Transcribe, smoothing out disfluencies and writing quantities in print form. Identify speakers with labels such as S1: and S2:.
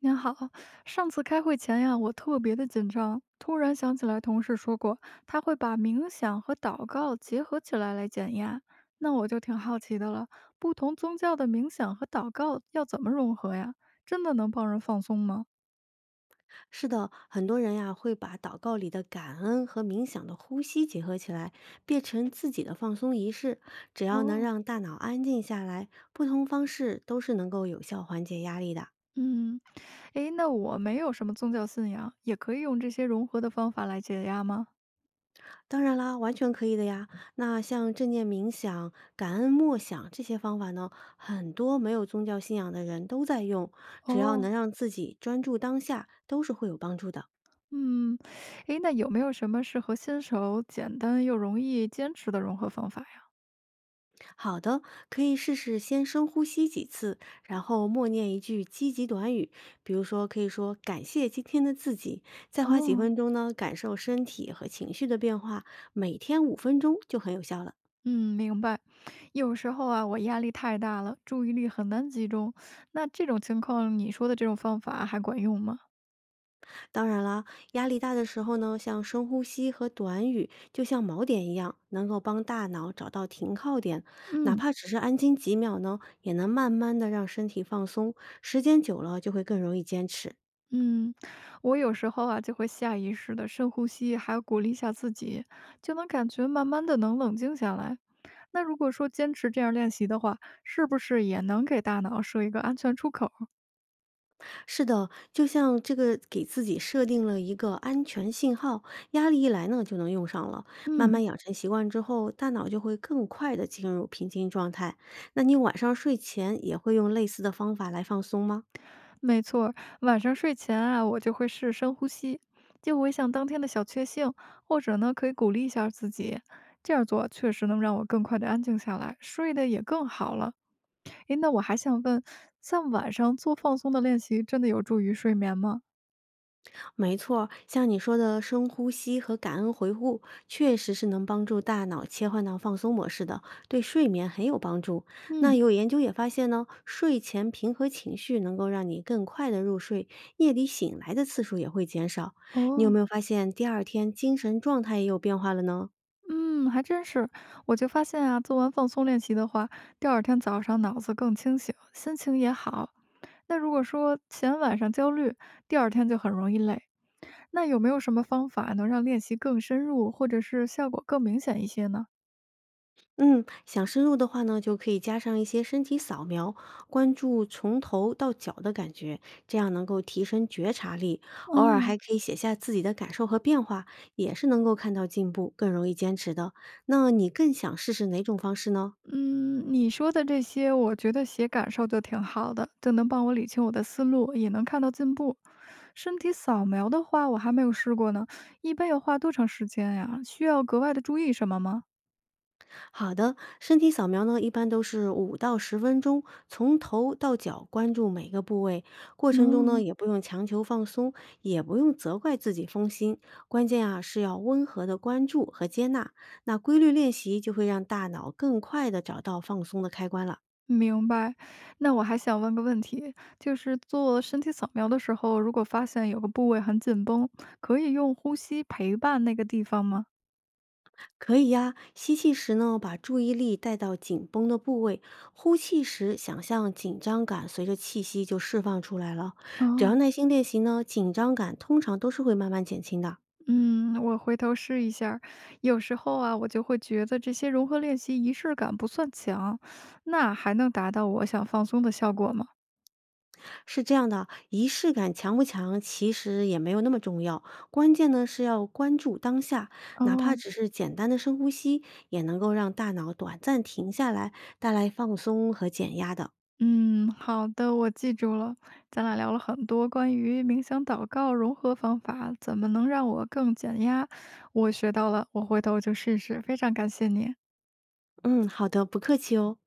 S1: 您好，上次开会前呀，我特别的紧张，突然想起来同事说过，他会把冥想和祷告结合起来来减压，那我就挺好奇的了，不同宗教的冥想和祷告要怎么融合呀？真的能帮人放松吗？
S2: 是的，很多人呀会把祷告里的感恩和冥想的呼吸结合起来，变成自己的放松仪式。只要能
S1: 哦，
S2: 让大脑安静下来，不同方式都是能够有效缓解压力的。
S1: 嗯，诶，那我没有什么宗教信仰，也可以用这些融合的方法来解压吗？
S2: 当然啦，完全可以的呀。那像正念冥想、感恩默想这些方法呢，很多没有宗教信仰的人都在用，只要能
S1: 哦，
S2: 让自己专注当下，都是会有帮助的。
S1: 嗯，诶，那有没有什么适合新手、简单又容易坚持的融合方法呀？
S2: 好的，可以试试先深呼吸几次，然后默念一句积极短语，比如说可以说感谢今天的自己，再花几
S1: 哦。
S2: 分钟呢，感受身体和情绪的变化，每天5分钟就很有效了。
S1: 嗯，明白。有时候啊，我压力太大了，注意力很难集中。那这种情况，你说的这种方法还管用吗？
S2: 当然啦，压力大的时候呢，像深呼吸和短语，就像锚点一样，能够帮大脑找到停靠点，哪
S1: 嗯
S2: 怕只是安静几秒呢，也能慢慢的让身体放松，时间久了就会更容易坚持。
S1: 嗯，我有时候啊，就会下意识的深呼吸，还有鼓励一下自己，就能感觉慢慢的能冷静下来。那如果说坚持这样练习的话，是不是也能给大脑设一个安全出口？
S2: 是的，就像这个给自己设定了一个安全信号，压力一来呢就能用上了。慢
S1: 嗯。
S2: 慢养成习惯之后，大脑就会更快的进入平静状态。那你晚上睡前也会用类似的方法来放松吗？
S1: 没错儿晚上睡前啊，我就会试深呼吸，就回想当天的小确幸，或者呢，可以鼓励一下自己。这样做确实能让我更快的安静下来，睡得也更好了。诶，那我还想问，像晚上做放松的练习，真的有助于睡眠吗？
S2: 没错，像你说的深呼吸和感恩回顾，确实是能帮助大脑切换到放松模式的，对睡眠很有帮助。那
S1: 嗯，
S2: 有研究也发现呢，睡前平和情绪能够让你更快的入睡，夜里醒来的次数也会减少。你有
S1: 哦，
S2: 没有发现第二天精神状态也有变化了呢？
S1: 嗯，还真是。我就发现啊，做完放松练习的话，第二天早上脑子更清醒，心情也好。那如果说前晚上焦虑，第二天就很容易累。那有没有什么方法能让练习更深入，或者是效果更明显一些呢？
S2: 嗯，想深入的话呢，就可以加上一些身体扫描，关注从头到脚的感觉，这样能够提升觉察力。偶尔还
S1: 哦，
S2: 可以写下自己的感受和变化，也是能够看到进步，更容易坚持的。那你更想试试哪种方式呢？
S1: 嗯，你说的这些，我觉得写感受就挺好的，就能帮我理清我的思路，也能看到进步。身体扫描的话，我还没有试过呢，一般要花多长时间呀？需要格外的注意什么吗？
S2: 好的，身体扫描呢，一般都是5到10分钟，从头到脚关注每个部位。过程中呢，
S1: 哦，
S2: 也不用强求放松，也不用责怪自己分心。关键啊，是要温和的关注和接纳。那规律练习就会让大脑更快的找到放松的开关了。
S1: 明白。那我还想问个问题，就是做身体扫描的时候，如果发现有个部位很紧绷，可以用呼吸陪伴那个地方吗？
S2: 可以呀、吸气时呢，把注意力带到紧绷的部位；呼气时，想象紧张感随着气息就释放出来了。只要
S1: 哦。
S2: 耐心练习呢，紧张感通常都是会慢慢减轻的。
S1: 嗯，我回头试一下儿有时候啊，我就会觉得这些融合练习仪式感不算强，那还能达到我想放松的效果吗？
S2: 是这样的，仪式感强不强其实也没有那么重要，关键呢是要关注当下，哪怕
S1: 哦，
S2: 只是简单的深呼吸，也能够让大脑短暂停下来，带来放松和减压的。
S1: 嗯，好的，我记住了。咱俩聊了很多关于冥想、祷告、融合方法，怎么能让我更减压？我学到了，我回头就试试。非常感谢你。
S2: 嗯，好的，不客气哦。